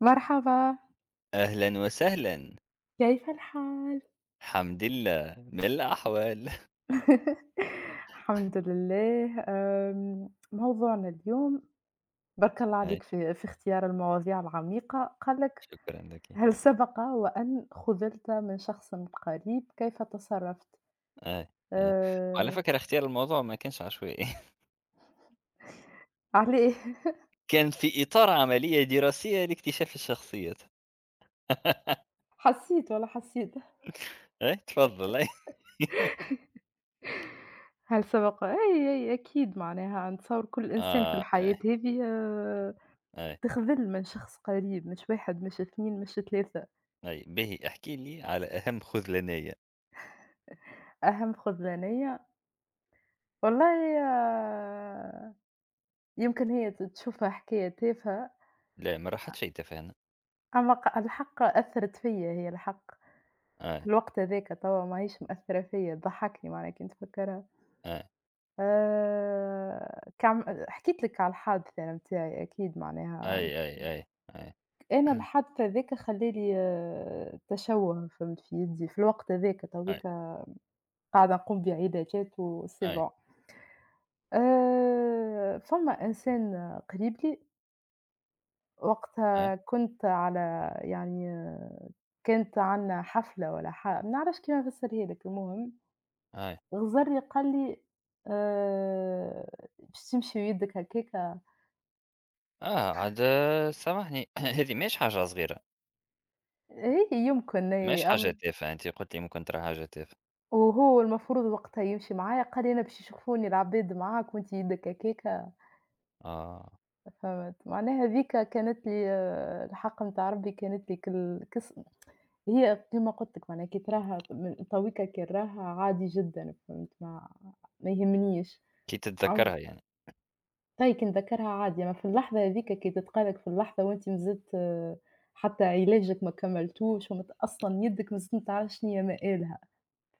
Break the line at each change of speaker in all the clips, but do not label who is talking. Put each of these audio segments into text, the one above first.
مرحبا،
أهلًا وسهلًا،
كيف الحال؟
حمد الله من الأحوال؟
الحمد لله، موضوعنا اليوم بارك الله
أي
عليك في اختيار المواضيع العميقة، قال لك:
شكرًا لكِ.
"هل سبق وأن خُذلت من شخص قريب، كيف تصرفت؟"
أي، أي، وعلى
آآ،
فكرة اختيار الموضوع ما كانش عشوائي.
علاه؟
كان في إطار عملية دراسية لاكتشاف الشخصيات.
حسيت والله حسيت،
أي تفضل أي
هل سبق أي، أي أكيد معناها نتصور كل إنسان في
أي،
الحياة هذه
أي،
تخذل من شخص قريب، مش 1 مش 2 مش 3
أي، باهي احكِ لي على أهم خذلانية.
أهم خذلانية والله يمكن هي تشوفها حكاية تافهة،
لا ما راحتش يتفاهنا.
أما الحق أثّرت فيّا هي الحق، في
أي،
الوقت هاذاك توا ماهيش مأثّرة فيّا تضحّكني معناها كي نتفكّرها.
أي،
كعم حكيت لك على الحادثة أنا متاعي أكيد معناها
أي، أي، أي، أي،
أنا الحادث هاذاك خلّى لي تشوُّه فهمت في يدي في الوقت هاذاك،
أي،
تويك قاعدة نقوم بعلاجات وS'est
أي،
bon. فما إنسان قريب لي
أي،
وقتها كنت على يعني كانت عندنا حفلة والّا ما نعرفش كيف نفسّرها لك المهم،
أي،
غزاري قال لي: "آآ باش تمشي ويدك هكاكا؟"
عاد سامحني. هذه ماهيش حاجة صغيرة.
هي يمكن
ماهيش
هي
حاجة تافهة، أنتِ قُلتِ لي ممكن ترى حاجة تافهة.
وهو المفروض وقتها يمشي معايا، قال لي: "أنا باش يشوفوني العباد معاك وأنت يدك هكاكا."
آه،
فهمت؟ معناها هاذيك كانت لي الحق نتاع ربي كانت لي كال كس هي كيما قُلت لك معناها كي تراها من تويكا كي نراها عادي جدًا فهمت؟ ما يهمنيش.
كي تتذكّرها يعني،
طيب كي نتذكّرها عادي، أما في اللحظة هاذيك كي تتقالك في اللحظة وأنتِ مازلت حتى علاجك ما كمّلتوش ومت أصلًا يدك مازلت ما تعرفش شنيا مآلها،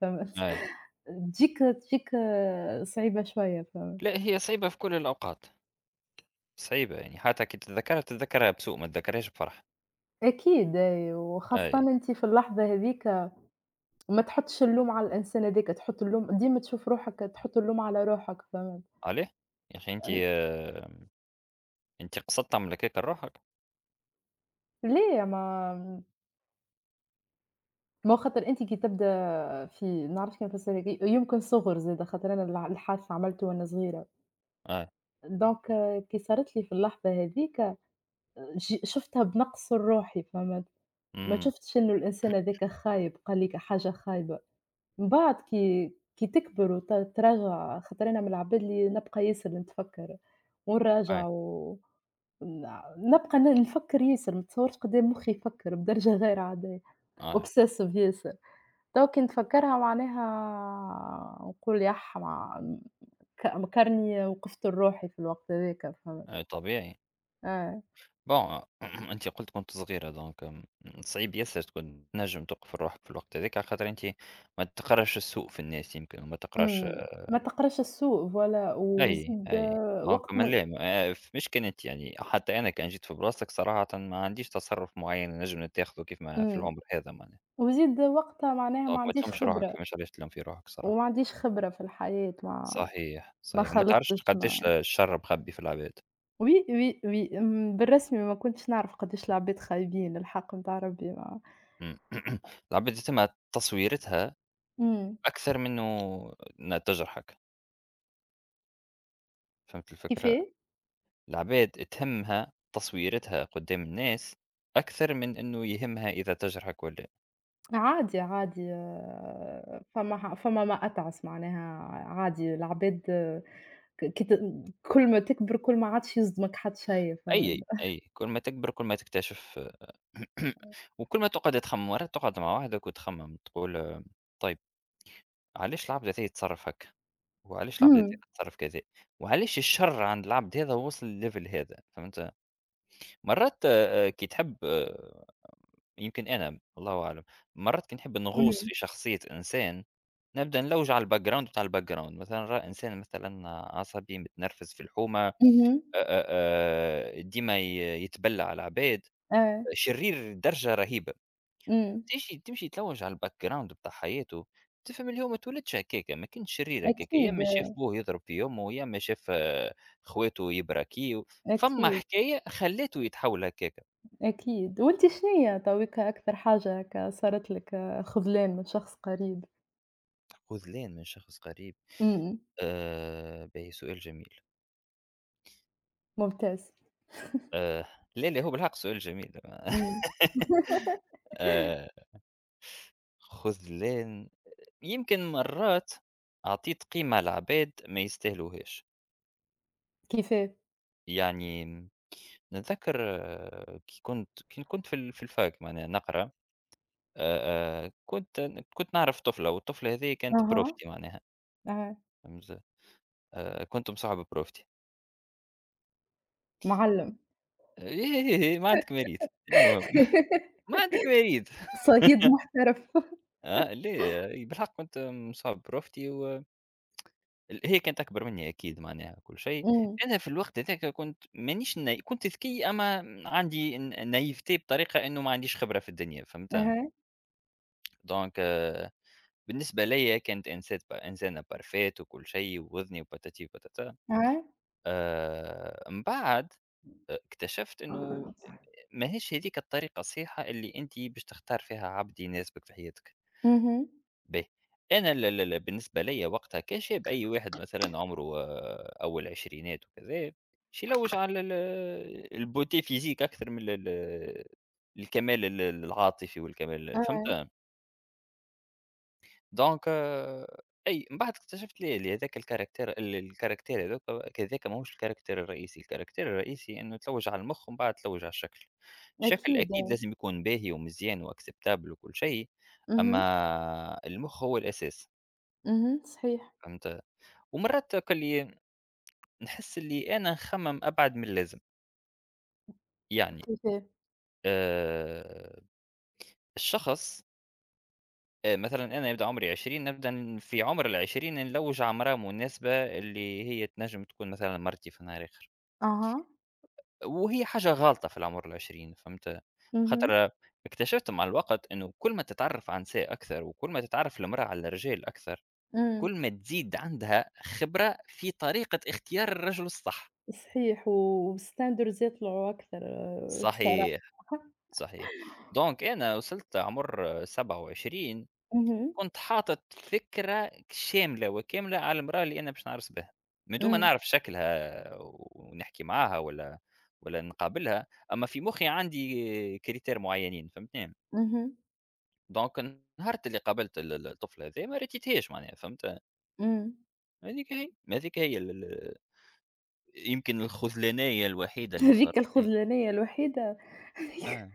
فهمت؟
أي،
تجيك صعيبة شوية فهمت؟
لأ هي صعيبة في كل الأوقات. صعيبة يعني حتى كي تتذكّرها، تتذكّرها بسوء ما تتذكّرهاش بفرحة.
أكيد أي، وخاصةً
أي،
أنتِ في اللحظة هاذيك ما تحطّش اللوم على الإنسان هاذاك، تحط اللوم ديما تشوف روحك تحط اللوم على روحك فهمت؟
عليه؟ يا أخي أنتِ
أن
آه، أنتِ قصّدت تعمل هكاك لروحك؟
ليه ما هو خاطر أنتِ كي تبدا في نعرفش كيف نفسّرها كي يمكن صُغر زادا خاطر أنا الحادثة عملته وأنا صغيرة.
أي،
دونك كي صارت لي في اللحظة هاذيك شُفتها بنقص الروحي فهمت، ما
إمم،
شُفتش إنه الإنسان هاذاك خايب، قال لي حاجة خايبة، من بعد كي تكبر تراجع خاطر أنا من العباد اللي نبقى ياسر نتفكّر
أي،
ونراجع و ن نبقى نفكّر ياسر، ما تصورش قدّام مخي يفكّر بدرجة غير عادية،
أي،
obsessive ياسر، توا كي نتفكّرها معناها نقول ياح مع مكرني وقفت لروحي في الوقت هاذاك فهمت،
أي طبيعي.
آه.
bon أنتِ قُلتِ كنتِ صغيرة donc م صعيب ياسر تكون تنجم توقف لروحك في الوقت هذاك، على خاطر أنتِ ما تقراش السوء في الناس يمكن وما تقراش.
ما تقراش السوق voilà
أي،
وزيد
أي، آه
وقت
كمان
ما
ليه ما ف مش كانت يعني حتى أنا كان جيت في بلاصتك صراحةً ما عنديش تصرُّف معيّن نجم نتاخده كيف ما في
إمم،
العمر هذا معناها.
وزيد وقتها معناها
دونك
ما
ما
عنديش
تلومش روحك،
خبرة،
فماش علاش تلوم في روحك صراحة.
وما عنديش خبرة في الحياة ما
صحيح،
ما
صحيح، وما تعرفش
خلطتش
قدّاش
ما
الشر مخبي في العباد.
oui oui oui بالرسمي ما كنتش نعرف قداش العباد خايبين الحق نتاع ربي ما
إمم، العباد يتمها تصويرتها
إمم،
أكثر من إنّها تجرحك. فهمت الفكرة؟
كيفاه؟
العباد تهمّها تصويرتها قدّام الناس أكثر من إنه يهمها إذا تجرحك والّا.
عادي، عادي فما فما ما أتعس معناها عادي العباد كي كل ما تكبر كل ما عادش يصدمك حتى شي فهمت؟
أي، أي، كل ما تكبر كل ما تكتشف. وكل ما تقعد تخمم مرات تقعد مع وحدك وتخمم تقول طيب علاش العبد هذا يتصرف هكا، وعلاش العبد هذا
إمم،
يتصرف كذا، وعلاش الشر عند العبد هذا وصل للليفل هذا. فهمت مرات كي تحب يمكن انا الله اعلم. مرات كي نحب نغوص
إمم،
في شخصيه انسان نبدا نلوج على الباك جراوند بتاع الباك جراوند مثلا راه انسان مثلا عصبي متنرفز في الحومه
اهم،
آه، ديما يتبلع على العباد
آه.
شرير درجه رهيبه.
إمم،
تمشي تمشي تلوّج على الback ground بتاع حياته. تفهم اللي هو ما اتولدش هكاكا، ما كانش شرير هكاكا، يا
أكيد،
إمّا شاف بوه يضرب في أمه، يا إمّا شاف خواته يبراكيو. فما
أكيد،
حكاية خلّاته يتحوّل هكاكا.
أكيد. وأنتِ شنيّا تويكا أكثر حاجة هاكا صارت لِك خذلان من شخص قريب؟
خذلان من شخص قريب،
إمم،
باهي سؤال جميل.
ممتاز.
آآ لا، لا هو بالحق سؤال جميل.
إمم.
آآ خذلان، يمكن مرّات أعطيت قيمة لعباد ما يستاهلوهاش.
كيفاه؟
يعني نتذكر، كي كنت في ال في الفاك معناها نقرا، كنت كنت نعرف طفلة، والطفلة هذه كانت
أها،
بروفتي معناها،
أها،
فهمت. كنت مصاحب بروفتي.
معلّم.
إيه ما عندك مريض، المهم. ما عندك مريض.
صيّاد محترف.
ليه بالحق كنت مصاحب بروفتي، و هي كانت أكبر مني أكيد معناها كل شيء.
إمم،
أنا في الوقت هذاك كنت مانيش ن كنت ذكي، أما عندي ن naivete بطريقة إنه ما عنديش خبرة في الدنيا، فهمت.
أها،
دونك بالنسبة ليّا كانت إنسات ب إنسانة perfect وكل شيء ووذني وباتاتي وباتاتا.
أها.
من بعد اكتشفت إنه ماهيش هاذيك الطريقة الصحيحة اللي أنتِ باش تختار فيها عبد يناسبك في حياتك.
اهم،
باهي. أنا ال ال ال بالنسبة ليّا وقتها كشاب، أي واحد مثلًا عمره أول عشرينات وكذا، باش يلوج على الbeauté physique أكثر من ال ال الكمال العاطفي والكمال،
أها،
فهمت؟ دونك أي من بعد اكتشفت لا لا، هذاك الكاركتير الكاركتير هذاك، هذاك ماهوش الكاركتير الرئيسي. الكاركتير الرئيسي إنه تلوج على المخ ومن بعد تلوج على الشكل. الشكل
أكيد
أكيد
آه.
لازم يكون باهي ومزيان وacceptable وكل شيء،
اهم،
أما المخ هو الأساس،
اهم، صحيح.
فهمت؟ ومرات كلي نحس اللي أنا نخمم أبعد من اللازم. يعني
كيفاه؟
آآ، الشخص، مثلًا أنا يبدأ عمري 20، نبدأ في عمر ال20 نلوّج عمرة مناسبة اللي هي تنجم تكون مثلًا مرتي في الآخر،
أها،
وهي حاجة غالطة في العمر ال20، فهمت.
اهم،
خاطر اكتشفت مع الوقت إنه كل ما تتعرف على نساء أكثر، وكل ما تتعرف المرأة على الرجال أكثر،
إمم،
كل ما تزيد عندها خبرة في طريقة اختيار الرجل الصح.
صحيح و والstandards يطلعوا أكثر
صحيح،
بصراحة.
صحيح. دونك أنا وصلت عمر 27،
اهم.
كنت حاطط فكرة شاملة وكاملة على المرأة اللي أنا باش نعرس بها، من دون ما
إمم،
نعرف شكلها ونحكي معاها ولا نقابلها، أما في مخي عندي كريتير معينين، فهمتني؟
اهم،
دونك نهار اللي قابلت ال ال الطفل هذا ما رتيتهاش معناها، فهمت؟
إمم.
هذيك هي، هذيك هي ال ال يمكن الخذلانية الوحيدة اللي
هذيك
صارت لي.
الخذلانية الوحيدة هذيك
آه.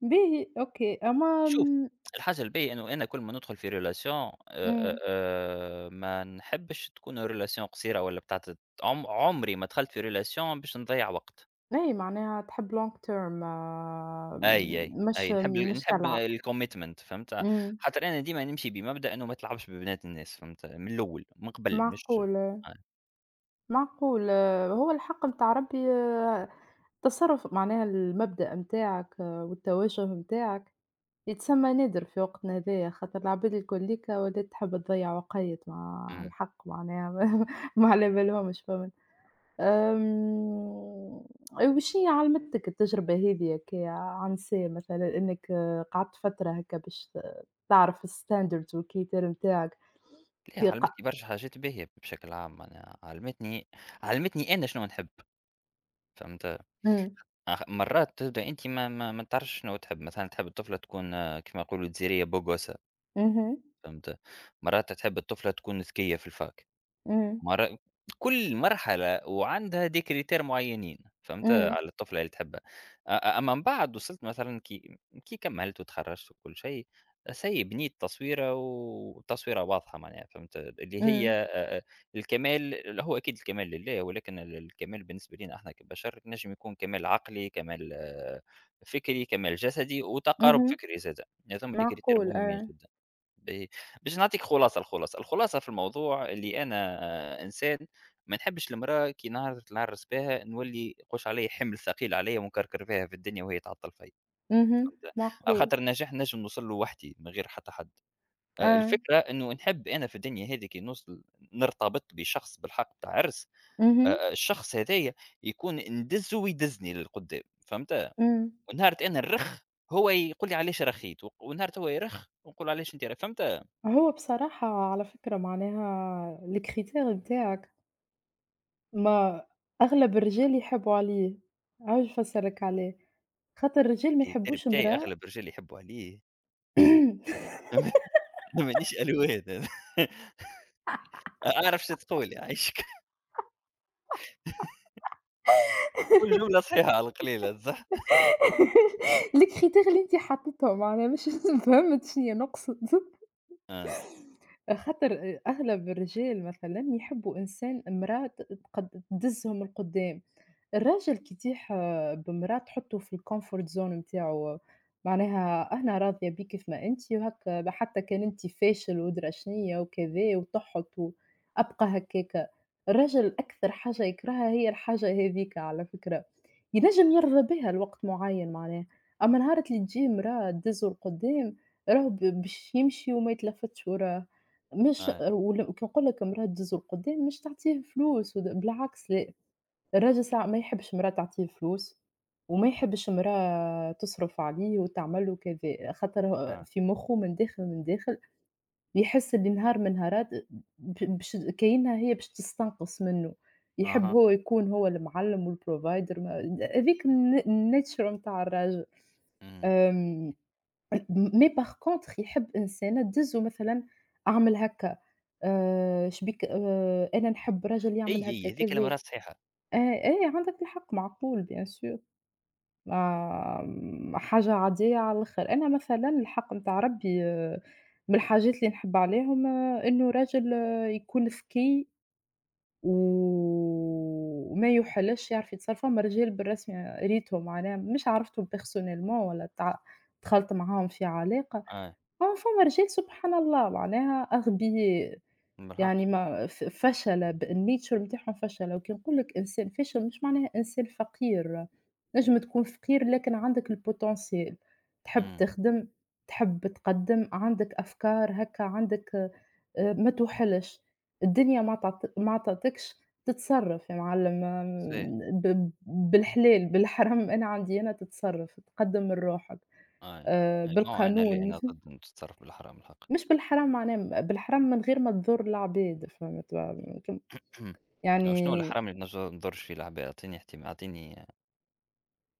باهي أوكي، أما
شوف، الحاجة الباهية إنه أنا كل ما ندخل في relation،
إمم،
ما نحبش تكون relation قصيرة والّا بتاعة، عمري ما دخلت في relation باش نضيّع وقت.
أي معناها تحب long term م
أي، أي،
مش
أي، نحب ال
مش
نحب
تلعب.
الcommitment، فهمت.
إمم،
خاطر أنا ديما نمشي بمبدأ إنه ما تلعبش ببنات الناس، فهمت، من الأول من قبل مش
معقول،
آه،
معقول هو الحق متاع ربي التصرُّف معناها المبدأ متاعك والتوجه متاعك يتسمى نادر في وقتنا هذايا، خاطر العباد الكل ليكا ولات تحب تضيّع وقيت مع
إمم.
الحق معناها ما على بالهمش فهمت، آمم وش هي علمتك التجربة هذي هكايا عن سا مثلًا إنك قعدت فترة هكا باش تعرف الstandards والكيتار نتاعك
لا،
كي ق
علمتني برشا حاجات باهية بشكل عام معناها. علمتني أنا شنو نحب، فهمت.
أم،
أخ مرات تبدأ أنتِ ما تعرفش شنو تحب. مثلًا تحب الطفلة تكون كيما يقولوا الجزيرية بوغوسة،
إمم،
فهمت. مرات تحب الطفلة تكون ذكية في الفاك.
اهم،
مر كل مرحلة وعندها Decretaire معيّنين، فهمت،
إمم، إمم،
على الطفلة اللي تحبها. أ أ أما من بعد وصلت مثلًا كي كمّلت وتخرّجت وكل شيء، سي بنيت تصويرة وتصويرة واضحة معناها، فهمت. اللي هي
إمم،
أ أ الكمال هو أكيد الكمال لله، ولكن الكمال بالنسبة لينا إحنا كبشر نجم يكون كمال عقلي، كمال فكري، كمال جسدي، وتقارُب
اهم،
فكري زادة. هاذوما Decretaire
معقول
مهمين
آه،
جدًا. ب باش نعطيك خلاصة الخلاصة. الخلاصة في الموضوع اللي أنا إنسان ما نحبش المرأة كي نهارت نعرس بها نولي قُش عليَّ، حِمل ثقيل عليَّ ونكركر فيها في الدنيا وهي تعطّل فيَّ،
اهم،
فهمت؟ على
معقول
خاطر النجاح نجم نوصل له وحدي من غير حتى حد.
آه،
الفكرة إنه نحب أنا في الدنيا هذه كي نوصل نرتبط بشخص بالحق بتاع عرس.
اهم،
الشخص هذايا يكون ندزّه ويدزني للقدّام، فهمت؟
إمم. أم.
ونهارة أنا نرخ، هو يقول لي: "علاش رخيت؟" و ونهارة هو يرخ ونقول له: "علاش أنت ر"، فهمت؟
هو بصراحة على فكرة معناها الcritere نتاعك ما أغلب الرجال يحبوا عليه، عاوز نفسّر لك علاه، خاطر الرجال ما
الجيتار
يحبوش
بتاعي
امرأة
أغلب الرجال يحبوا عليه. أنا مانيش ألوان أنا. أعرف شنو تقول يعيشك، كل جملة صحيحة على القليلة، صح؟
الcritere اللي أنت حطيتهم معناها مش فهمت شنيا نقصد،
آه،
خاطر أغلب الرجال مثلًا يحبوا إنسان امرأة تقد تدزهم لقدّام. الراجل كي يطيح بمراه تحطّه في الcomfort zone نتاعو، معناها أنا راضية بيك كيف ما أنتِ وهكا حتى كان أنتِ فاشل وأدرى شنيا وكذا وتحُط وأبقى هكاكا، الراجل أكثر حاجة يكرهها هي الحاجة هاذيك على فكرة، ينجم يرضى بها لوقت معيّن معناها، أما نهار اللي تجي مراه تدزّه لقدّام راهو باش يمشي وما يتلفتش وراه، مش
آه،
كي نقول لك مراه تدزّه لقدّام مش تعطيه فلوس بالعكس الراجل ساعة ما يحبش مرا تعطيه فلوس، وما يحبش مرا تصرف عليه وتعمل له كذا، خاطر هو
آه،
في مخه من داخل من داخل يحس اللي نهار من نهارات باش كأنها هي باش تستنقص منه، يحب
أها،
هو يكون هو المعلم والprovider ما هذيك الnature نتاع الراجل،
إمم،
آمم mais par contre يحب إنسانة تدزه مثلًا أعمل هكا، شبيك أنا نحب راجل
أي،
يعمل هكا
أي هذيك
كذا.
المرات صحيحة.
آآ أي عندك الحق معقول bien sûr ما حاجة عادية على الآخر، أنا مثلًا الحق نتاع ربي من الحاجات اللي نحب عليهم إنه راجل يكون ذكي و وما يُحِلّش يعرف يتصرف، فما رجال بالرسمي ريتهم معناها مش عرفتهم personnellement ولا دخلت معاهم في علاقة،
آه،
أما فما رجال سبحان الله معناها أغبياء.
بالحق،
يعني ما فشل الnature نتاعهم فشل، وكي نقول لك إنسان فاشل مش معناها إنسان فقير، تنجم تكون فقير لكن عندك الpotentiel تحب
إمم،
تخدم، تحب تقدّم، عندك أفكار هكا، عندك ما توحلش، الدنيا ما تعط ما عطاتكش، تتصرّف يا معلم
صحيح،
بالحلال، بالحرام أنا عندي أنا تتصرّف، تقدّم من روحك
آه، نو أنا لا،
بالقانون
أنا
مثل،
ضد إنه تتصرف بالحرام الحق.
مش بالحرام معناها بالحرام من غير ما تضُر العباد فهمت
اهم، شنو
يعني
الحرام اللي نج ما نضرش فيه العباد؟ أعطيني احتم، أعطيني،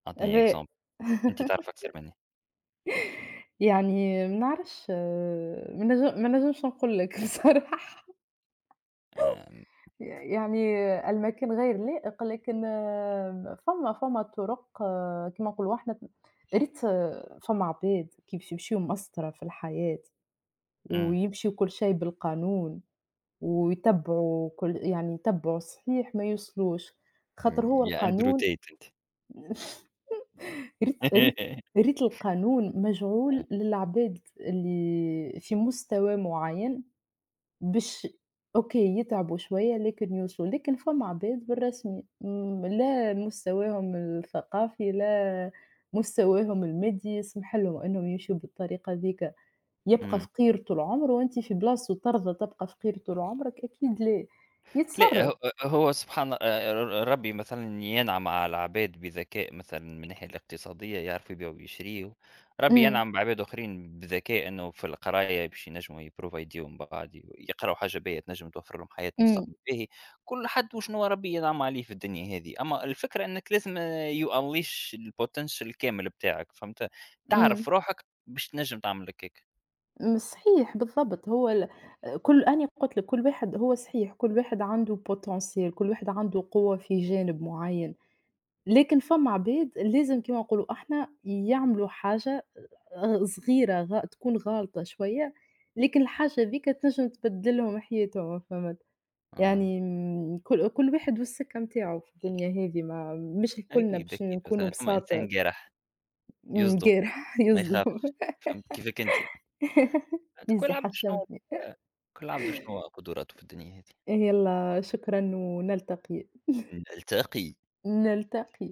أعطيني
غباء
example. أنت تعرف أكثر مني.
يعني ما نعرفش ما ما نجمش نقول لك بصراحة
آمم،
ي يعني المكان غير لائق لكن فما طرق كيما نقولوا إحنا يا ريت فما عباد كي باش يمشيو مسطرة في الحياة
إمم،
ويمشيو كل شيء بالقانون ويتبعوا كل يعني يتبعوا الصحيح ما يوصلوش، خاطر
إمم،
هو
يا أندرو
القانون
تيت أنت.
ريت ريت القانون مجعول للعباد اللي في مستوى معين باش أوكي يتعبوا شوية لكن يوصلوا، لكن فما عباد بالرسمي لا مستواهم الثقافي لا مستواهم المادي يسمح لهم إنهم يمشيو بالطريقة ذيك، يبقى
إمم.
فقير طول عمره وأنت في بلاصتو ترضى تبقى فقير طول عمرك؟ أكيد لا،
لأ،
يتصرف.
ه هو سبحان ر ربي مثلًا ينعم على العباد بذكاء مثلًا من الناحية الاقتصادية يعرفوا يبيعوا ويشريوا. ربي
إمم،
ينعم بعباد آخرين بذكاء إنه في القراية باش ينجموا يبروفايديو من بعض، ي يقراوا حاجة باهية تنجم توفر لهم حياة
إمم،
مستقبل باهي. كل حد وشنوا ربي ينعم عليه في الدنيا هذه، أما الفكرة إنك لازم you unleash الpotential الكامل بتاعك، فهمت.
إمم.
تعرف روحك باش تنجم تعمل هكاك.
صحيح بالضبط، هو كل أنا قُلت لك كل واحد هو صحيح كل واحد عنده potential كل واحد عنده قوة في جانب معيّن، لكن فما عباد لازم كيما نقولوا إحنا يعملوا حاجة صغيرة غا تكون غالطة شوية، لكن الحاجة هاذيك تنجم تبدل لهم حياتهم فهمت؟
آه،
يعني كل واحد والسكة نتاعو في الدنيا هذه ما مش كلنا
أكيد،
باش
أكيد.
نكونوا
مثلًا ثم إنسان
بساطة
جارح يصدم،
قارح
ما
يزو
يخافش، فهمت كيفك أنت. أنت كل
يزي
عبد شنو،
حشمتني.
كل عبد شنو قدراته في الدنيا هذه.
يلا شكرًا ونلتقي،
نلتقي.
نلتقي.